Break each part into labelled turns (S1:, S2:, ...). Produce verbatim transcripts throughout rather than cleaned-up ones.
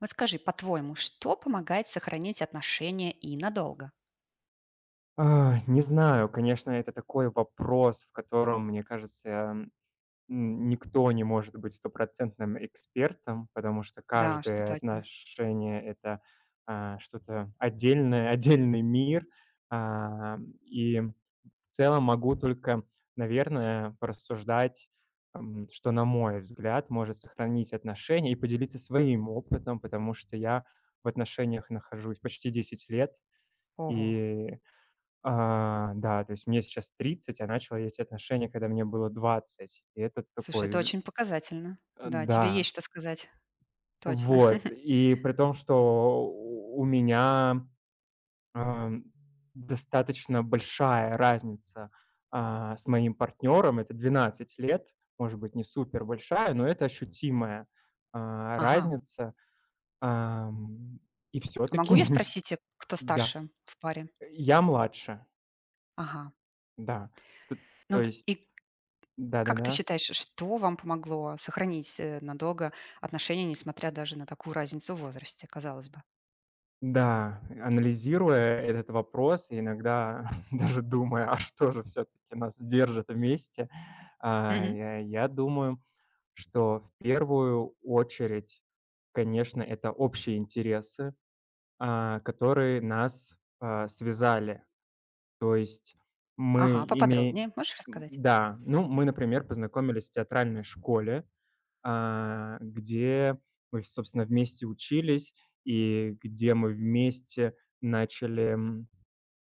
S1: Вот скажи, по-твоему, что помогает сохранить отношения и надолго?
S2: А, не знаю, конечно, это такой вопрос, в котором, мне кажется, м, никто не может быть стопроцентным экспертом, потому что
S1: Да уж, это
S2: каждое
S1: точно.
S2: отношение- это, а, что-то отдельное, отдельный мир. А, и в целом могу только, наверное, порассуждать, м, что, на мой взгляд, может сохранить отношения, и поделиться своим опытом, потому что я в отношениях нахожусь почти десять лет.
S1: Ого.
S2: и а, да, то есть мне сейчас тридцать, а начал я эти отношения, когда мне было двадцать. И это
S1: Слушай, это
S2: такой,
S1: очень показательно.
S2: э,
S1: Да, тебе
S2: да,
S1: есть что сказать. Точно.
S2: вот. И при том, что у у меня, ам, достаточно большая разница, а, с моим партнером. Это двенадцать лет, может быть, не супер большая, но это ощутимая, а,
S1: Ага.
S2: разница. Ам, и
S1: А
S2: все-таки,
S1: могу я спросить, э, кто
S2: да,
S1: старше в паре?
S2: я младше,
S1: Ага.
S2: да. Т
S1: Ну
S2: то
S1: вот
S2: есть
S1: и как ты
S2: да-да-да.
S1: считаешь, что вам помогло сохранить э, надолго отношения, несмотря даже на такую разницу в возрасте, казалось бы?
S2: Да, анализируя этот вопрос и иногда даже думая, а что же все таки нас держит вместе, а,
S1: Мгм.
S2: я я думаю, что в первую очередь, конечно, это общие интересы, а, которые нас, а, связали. То есть мы
S1: Ага,
S2: имеем.
S1: поподробнее. Можешь рассказать?
S2: Да, ну, мы, например, познакомились в театральной школе, а, где мы, собственно, вместе учились, и где мы вместе начали, м,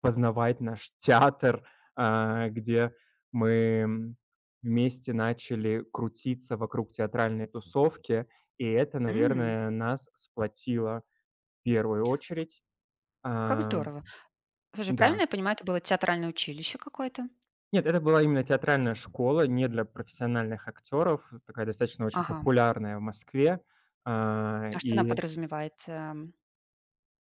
S2: познавать наш театр, а, где мы, м, вместе начали крутиться вокруг театральной тусовки. И это,
S1: М,
S2: наверное, нас сплотило в первую очередь.
S1: Как
S2: А,
S1: здорово. Слушай, правильно
S2: да.
S1: я понимаю, это было театральное училище какое-то?
S2: Нет, это была именно театральная школа, не для профессиональных актеров, такая достаточно очень
S1: Ага.
S2: популярная в Москве. А,
S1: А что она
S2: и
S1: подразумевает? Эм,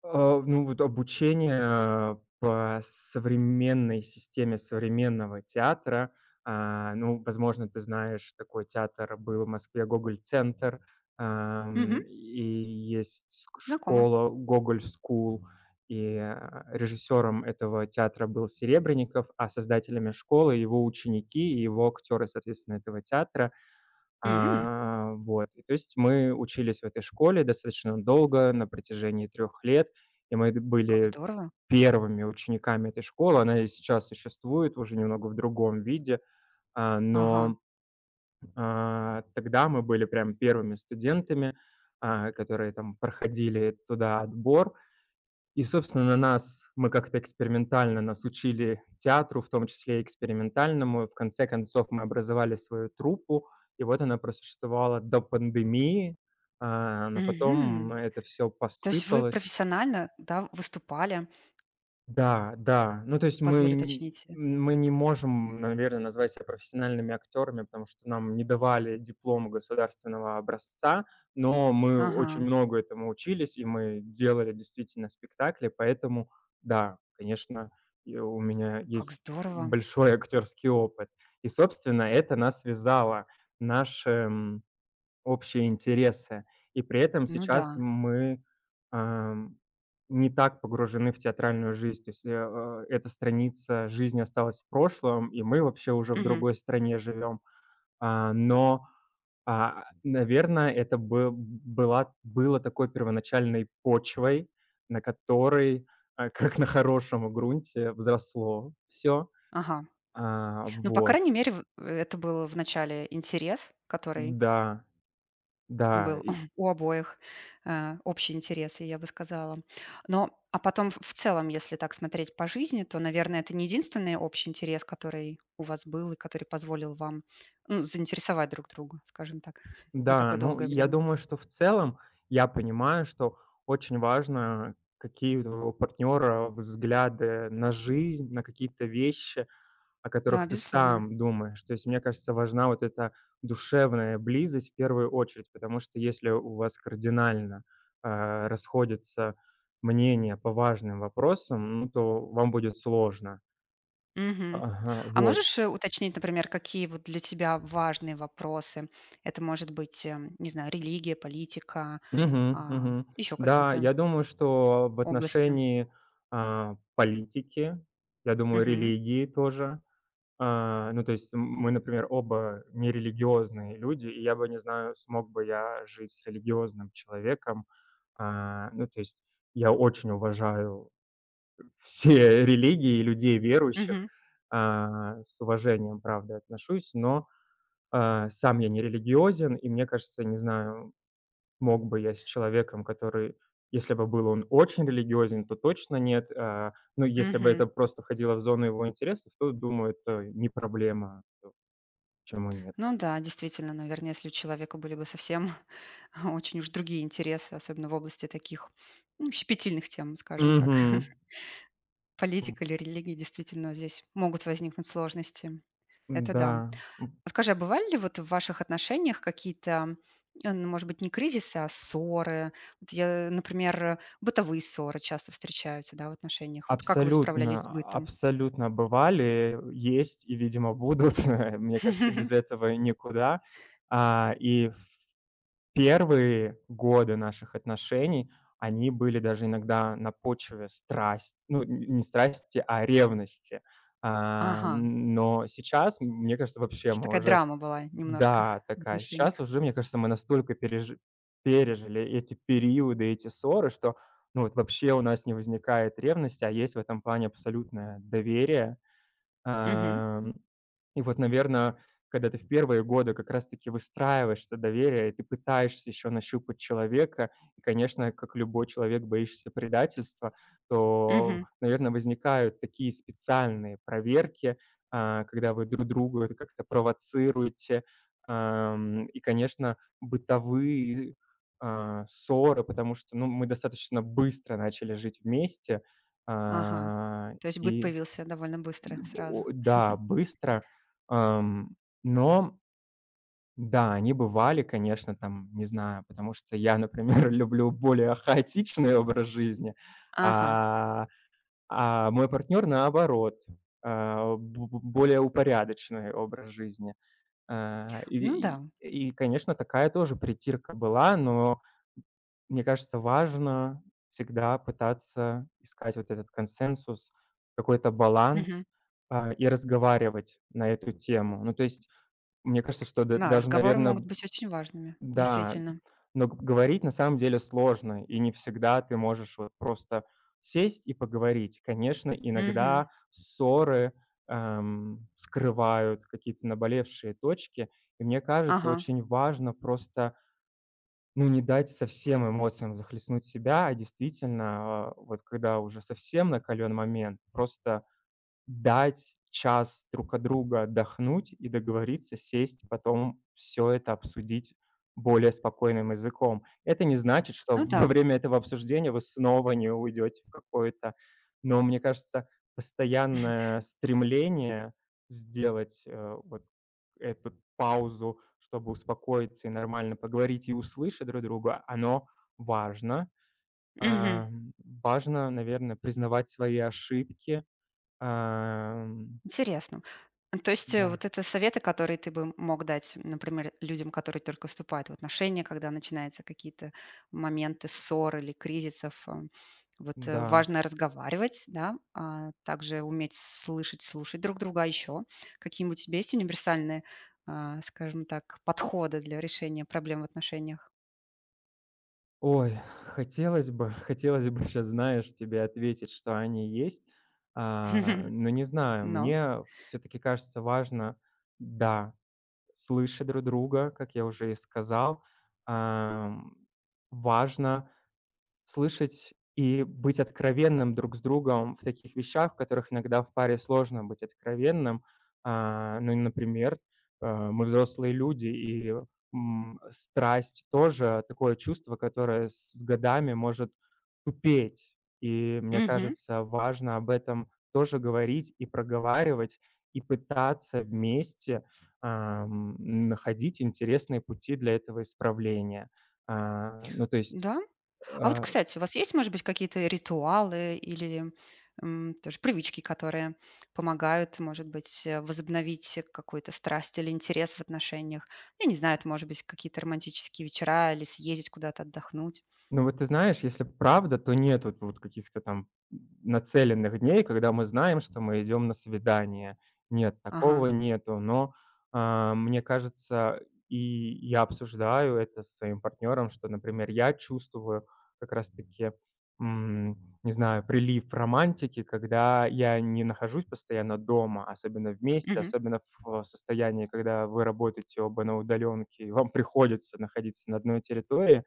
S2: А, ну, вот обучение по современной системе современного театра. А, ну, возможно, ты знаешь, такой театр был в Москве, "Гоголь-центр",
S1: мгм,
S2: ам, и есть ск
S1: знакомо.
S2: школа "Гоголь скул", и, а, режиссером этого театра был Серебренников, а создателями школы- его ученики и его актеры, соответственно, этого театра.
S1: М,
S2: А, вот. И то есть мы учились в этой школе достаточно долго, на протяжении трех лет, и мы д
S1: как
S2: были
S1: здорово.
S2: первыми учениками этой школы. Она и сейчас существует, уже немного в другом виде, а,
S1: Ага.
S2: но, а, тогда мы были прям первыми студентами, а, которые там проходили туда отбор. И, собственно, на нас мы как-то экспериментально нас учили театру, в том числе и экспериментальному. В конце концов, мы образовали свою труппу, и вот она просуществовала до пандемии, а, но потом
S1: Мгм.
S2: это все
S1: То есть вы
S2: посыпалось.
S1: профессионально, да, выступали,
S2: Да, да. Ну, то есть мы
S1: позволю
S2: н
S1: уточнить?
S2: мы не можем, наверное, назвать себя профессиональными актерами, потому что нам не давали диплом государственного образца, но мы
S1: Ага,
S2: очень много этому учились, и мы делали действительно спектакли. Поэтому да, конечно, и у меня
S1: как
S2: есть
S1: здорово.
S2: большой актерский опыт. И, собственно, это нас связало. Наш, эм, общие интересы. И при этом
S1: Ну
S2: сейчас
S1: да.
S2: мы, ам, не так погружены в театральную жизнь. То есть, э, а, эта страница жизни осталась в прошлом, и мы вообще уже в
S1: Мгм.
S2: другой стране живем. А, но, а, наверное, это бы была было такой первоначальной почвой, на которой, а, как на хорошем грунте, взросло все.
S1: Ага. Ну, по
S2: Вот.
S1: крайней мере, в э, это был в начале интерес, который
S2: Да, да.
S1: был,
S2: И
S1: у обоих, э, общие интересы, я бы сказала. Но, а потом в в целом, если так смотреть по жизни, то, наверное, это не единственный общий интерес, который у вас был и который позволил вам, ну, заинтересовать друг друга, скажем так, на
S2: Да,
S1: такое
S2: ну,
S1: долгое
S2: я
S1: время.
S2: думаю, что в целом я понимаю, что очень важно, какие у твоего партнера взгляды на жизнь, на какие-то вещи, о
S1: Да,
S2: которых ты
S1: безусловно.
S2: сам думаешь. То есть, мне кажется, важна вот эта душевная близость в первую очередь, потому что если у вас кардинально, а, расходятся мнения по важным вопросам, ну, то вам будет сложно.
S1: Мгм.
S2: Ага,
S1: А
S2: вот.
S1: можешь, э, уточнить, например, какие вот для тебя важные вопросы? Это может быть, эм, не знаю, религия, политика,
S2: Мгм,
S1: а,
S2: мгм.
S1: еще
S2: Да,
S1: какие-то
S2: я думаю, что в
S1: области?
S2: отношении, а, политики, я думаю,
S1: Мгм.
S2: религии тоже. А, ну, то есть м мы, например, оба нерелигиозные люди, и я бы не знаю, смог бы я жить с религиозным человеком. А, ну, то есть я очень уважаю все религии и людей верующих,
S1: Мгм.
S2: а, с уважением, правда, отношусь, но, а, сам я не религиозен, и мне кажется, не знаю, Мог бы я с человеком, который, если бы был он очень религиозен, то точно нет. А, ну, если бы
S1: Мгм.
S2: это просто входило в зону его интересов, то, думаю, это не проблема, то почему нет.
S1: Ну да, действительно, наверное, если у человека были бы совсем очень уж другие интересы, особенно в области таких ну, щепетильных тем, скажем, как
S2: Мгм.
S1: политика или религия, действительно здесь могут возникнуть сложности.
S2: М,
S1: Это
S2: да,
S1: да.
S2: м,
S1: А скажи, а бывали ли вот в ваших отношениях какие-то, э, ну, может быть, не кризисы, а ссоры? Вот я, например, э, бытовые ссоры часто встречаются, да, в отношениях. Вот как вы
S2: абсолютно,
S1: справлялись с бытом?
S2: абсолютно бывали, есть и, видимо, будут. Мне кажется, без этого никуда. А, и Первые годы наших отношений, они были даже иногда на почве страсти, ну, н не страсти, а ревности. А,
S1: Ага,
S2: н но сейчас, м, мне кажется, вообще мы
S1: такая
S2: уже
S1: драма была немножко
S2: да,
S1: в
S2: такая,
S1: отношениях.
S2: сейчас уже, мне кажется, мы настолько пережи пережили эти периоды, эти ссоры, что, ну, вот вообще у нас не возникает ревности, а есть в этом плане абсолютное доверие.
S1: Мгм.
S2: Ам, и вот, наверное, когда ты в первые годы как раз-таки выстраиваешь это доверие, и ты пытаешься еще нащупать человека, и, конечно, как любой человек, боишься предательства, то,
S1: Мгм.
S2: наверное, возникают такие специальные проверки, а, когда вы друг друга это как-то провоцируете. Ам, и, конечно, бытовые, а, ссоры, потому что, ну, мы достаточно быстро начали жить вместе.
S1: Ага.
S2: А,
S1: То есть быт
S2: и
S1: появился довольно быстро, сразу.
S2: О да, быстро. Ам, но да, они бывали, конечно, там, не знаю, потому что я, например, люблю более хаотичный образ жизни,
S1: Ага.
S2: а, а мой партнер наоборот, а, бо бо более упорядоченный образ жизни. А, и
S1: Ну
S2: и,
S1: да.
S2: и, конечно, такая тоже притирка была, но мне кажется, важно всегда пытаться искать вот этот консенсус, какой-то баланс,
S1: Мгм.
S2: а, и разговаривать на эту тему. Ну, то есть, мне кажется, что да
S1: Да,
S2: даже,
S1: разговоры
S2: наверное,
S1: могут быть очень важными,
S2: да,
S1: действительно.
S2: но г говорить на самом деле сложно, и не всегда ты можешь вот просто сесть и поговорить. Конечно,
S1: Мгм.
S2: иногда ссоры, эм, скрывают какие-то наболевшие точки, и мне кажется,
S1: Ага.
S2: очень важно просто, ну, не дать совсем эмоциям захлестнуть себя, а действительно, а, вот когда уже совсем накален момент, просто Дать час друг от друга отдохнуть и договориться сесть, потом все это обсудить более спокойным языком. Это не значит, что
S1: Ну
S2: во
S1: да.
S2: время этого обсуждения вы снова не уйдете в какое-то. Но мне кажется, постоянное стремление сделать, э, вот эту паузу, чтобы успокоиться и нормально поговорить, и услышать друг друга, оно важно.
S1: Мгм.
S2: Ам, важно, наверное, признавать свои ошибки. Ам,
S1: Интересно. То есть, э, вот
S2: да,
S1: это советы, которые ты бы мог дать, например, людям, которые только вступают в отношения, когда начинаются какие-то моменты ссор или кризисов. э, Вот э,
S2: да.
S1: важно разговаривать, да, а также уметь слышать, слушать друг друга. А еще какие-нибудь у тебя есть универсальные, а, скажем так, подходы для решения проблем в отношениях?
S2: Ой, хотелось бы, хотелось бы сейчас, знаешь, тебе ответить, что они есть, а, но не знаю.
S1: Но.
S2: Мне все таки кажется важно, да, слышать друг друга, как я уже и сказал. Ам, Важно Слышать и быть откровенным друг с другом в таких вещах, в которых иногда в паре сложно быть откровенным. А, ну, например, э, мы взрослые люди, и, м, страсть тоже такое чувство, которое с годами может тупеть. И мне
S1: Мгм.
S2: кажется, важно об этом тоже говорить и проговаривать, и пытаться вместе, ам, находить интересные пути для этого исправления. А, ну, то есть,
S1: Да, а вот,
S2: э
S1: кстати, у вас есть, может быть, какие-то ритуалы или, м, тоже привычки, которые помогают, может быть, э, возобновить какую-то страсть или интерес в отношениях? Я не знаю, это, может быть, какие-то романтические вечера или съездить куда-то отдохнуть.
S2: Ну, вот ты знаешь, если правда, то нет вот вот каких-то там нацеленных дней, когда мы знаем, что мы идем на свидание. Нет,
S1: Ага.
S2: такого нету. Но, а, мне кажется, и я обсуждаю это со своим партнером, что, например, я чувствую как раз-таки, м, не знаю, прилив романтики, когда я не нахожусь постоянно дома, особенно вместе,
S1: Мгм.
S2: особенно в э, состоянии, когда вы работаете оба на удаленке, и вам приходится находиться на одной территории.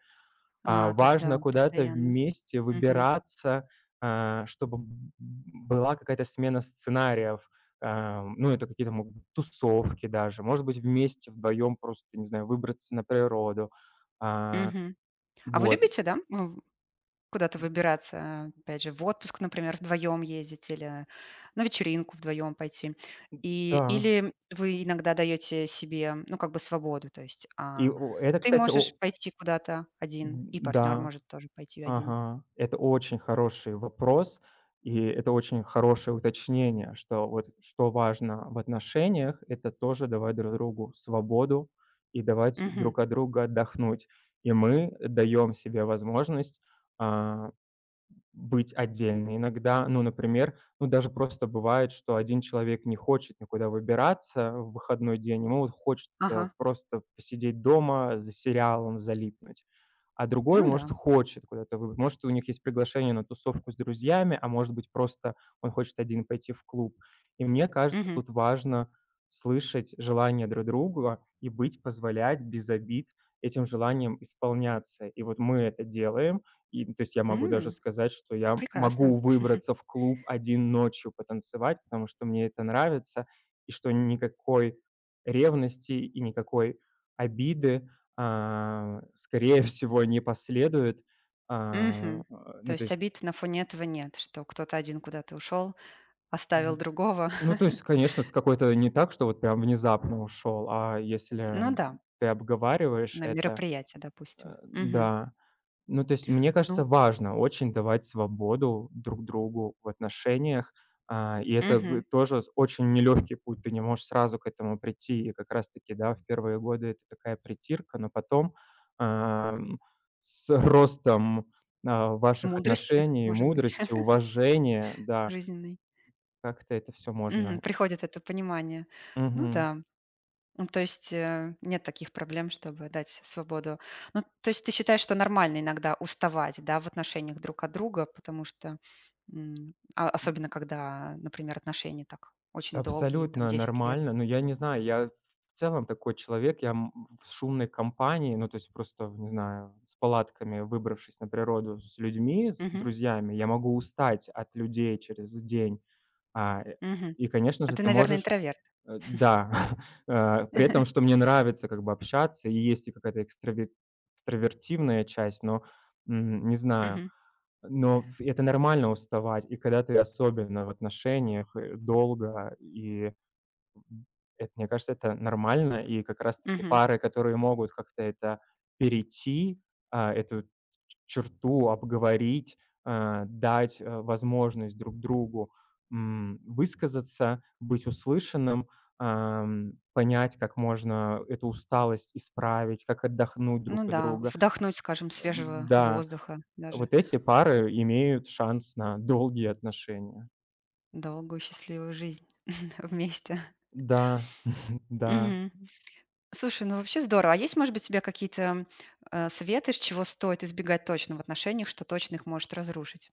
S2: А,
S1: А, то есть, да,
S2: важно куда-то
S1: постоянно.
S2: вместе
S1: Мгм.
S2: выбираться, а, чтобы б была какая-то смена сценариев. А, ну, это какие-то могут быть тусовки даже, может быть, вместе, вдвоем просто, не знаю, выбраться на природу. А,
S1: Мгм. А вы
S2: вот,
S1: любите, да, м, куда-то выбираться, опять же, в отпуск, например, вдвоем ездить или на вечеринку вдвоем пойти. И,
S2: да.
S1: или вы иногда даете себе, ну, как бы свободу, то есть
S2: И
S1: а,
S2: о это,
S1: ты
S2: кстати,
S1: можешь
S2: о.
S1: пойти куда-то один, и
S2: М,
S1: партнер
S2: да.
S1: может тоже пойти один.
S2: Ага, это очень хороший вопрос, и это очень хорошее уточнение, что вот что важно в отношениях- это тоже давать друг другу свободу и давать
S1: Мгм.
S2: друг от друга отдохнуть. И мы даем себе возможность, а быть отдельно. Иногда, ну, например, ну, даже просто бывает, что один человек не хочет никуда выбираться в выходной день, ему вот хочется
S1: Ага,
S2: просто посидеть дома, за сериалом залипнуть. А другой,
S1: ну
S2: может,
S1: да.
S2: хочет куда-то вы Может, у них есть приглашение на тусовку с друзьями, а может быть, просто он хочет один пойти в клуб. И мне кажется,
S1: Мгм.
S2: тут важно слышать желания друг друга и быть позволять без обид этим желаниям исполняться. И вот мы это делаем. И, ну, то есть я могу даже
S1: М,
S2: сказать, что я
S1: Прекрасно.
S2: могу выбраться в клуб один ночью потанцевать, потому что мне это нравится, и что никакой ревности и никакой обиды, а, скорее всего, не последует. А,
S1: Мгм. То
S2: ну, то
S1: есть
S2: есть,
S1: обид на фоне этого нет, что кто-то один куда-то ушел, оставил
S2: м,
S1: другого.
S2: ну, то есть, конечно, с какой-то не так, что вот прям внезапно ушел, а если
S1: Ну да,
S2: ты обговариваешь
S1: на
S2: это,
S1: мероприятие,
S2: э,
S1: допустим. Мгм.
S2: да. Ну, то есть, мне кажется,
S1: Ну,
S2: важно очень давать свободу друг другу в отношениях. А, и это вы
S1: мгм.
S2: тоже с очень нелегкий путь. Ты не можешь сразу к этому прийти. И как раз-таки, да, в первые годы это такая притирка, но потом, ам, с ростом, а, ваших
S1: Мудрости,
S2: отношений,
S1: может быть,
S2: мудрости, уважения, да,
S1: жизненной.
S2: как-то это все
S1: Мгм.
S2: можно.
S1: Приходит это понимание. Ну да. Ну, то есть, э, нет таких проблем, чтобы дать свободу. Ну, то есть ты считаешь, что нормально иногда уставать, да, в отношениях друг от друга, потому что, м, а, особенно когда, например, отношения так очень долгие, там
S2: Абсолютно
S1: десять лет.
S2: нормально. но я не знаю, я в целом такой человек. Я, м, в шумной компании, ну, то есть просто, не знаю, с палатками выбравшись на природу с людьми, с
S1: Мгм.
S2: друзьями, я могу устать от людей через день. А, э,
S1: Мгм.
S2: и, конечно
S1: А
S2: же,
S1: ты,
S2: ты
S1: наверное,
S2: можешь
S1: интроверт.
S2: э, да, э, при этом, что мне нравится как бы общаться, и есть и какая-то экстраве экстравертивная часть, но, м, не знаю.
S1: Мгм.
S2: Но ф это нормально уставать. И когда ты особенно в отношениях, э, долго и это, мне кажется, это нормально. И как раз таки
S1: Мгм.
S2: пары, которые могут как-то это перейти, а, эту ч черту обговорить, а, дать, э, возможность друг другу, м, высказаться, быть услышанным, ам, понять, как можно эту усталость исправить, как отдохнуть друг
S1: Ну
S2: от
S1: да,
S2: друга.
S1: вдохнуть, скажем, свежего
S2: Да,
S1: воздуха даже,
S2: вот эти пары имеют шанс на долгие отношения.
S1: долгую счастливую жизнь вместе.
S2: Да, да.
S1: Мгм. Слушай, ну вообще здорово. А есть, может быть, у тебя какие-то, э, советы, с чего стоит избегать точно в отношениях, что точно их может разрушить?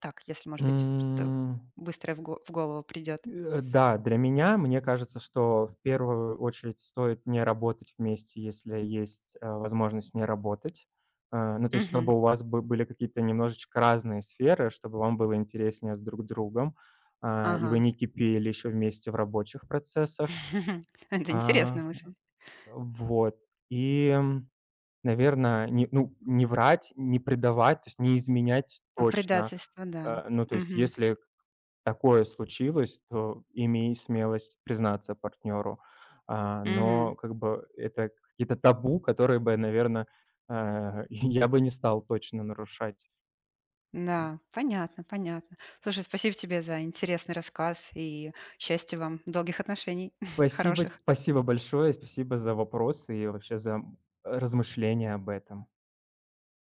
S1: Так, если, может быть, что
S2: М.
S1: быстрое в го в голову придет.
S2: Э, да, для меня, мне кажется, что в первую очередь стоит не работать вместе, если есть, э, возможность не работать. Э, ну, то есть
S1: Мгм.
S2: чтобы у вас бы были какие-то немножечко разные сферы, чтобы вам было интереснее с друг другом, а, и вы
S1: Ага.
S2: не кипели еще вместе в рабочих процессах.
S1: Это
S2: А,
S1: интересная мысль.
S2: вот. И, наверное, не, ну, не врать, не предавать, то есть не изменять
S1: Ну,
S2: точно.
S1: предательство, да.
S2: Э, ну, то есть
S1: Мгм.
S2: если такое случилось, то имей смелость признаться партнеру. А,
S1: Мгм.
S2: но как бы это какие-то табу, которые бы, наверное, я бы не стал точно нарушать.
S1: Да, понятно, понятно. Слушай, спасибо тебе за интересный рассказ и счастья вам, долгих отношений,
S2: Спасибо,
S1: хороших.
S2: спасибо большое, спасибо за вопросы и вообще за, размышления об этом.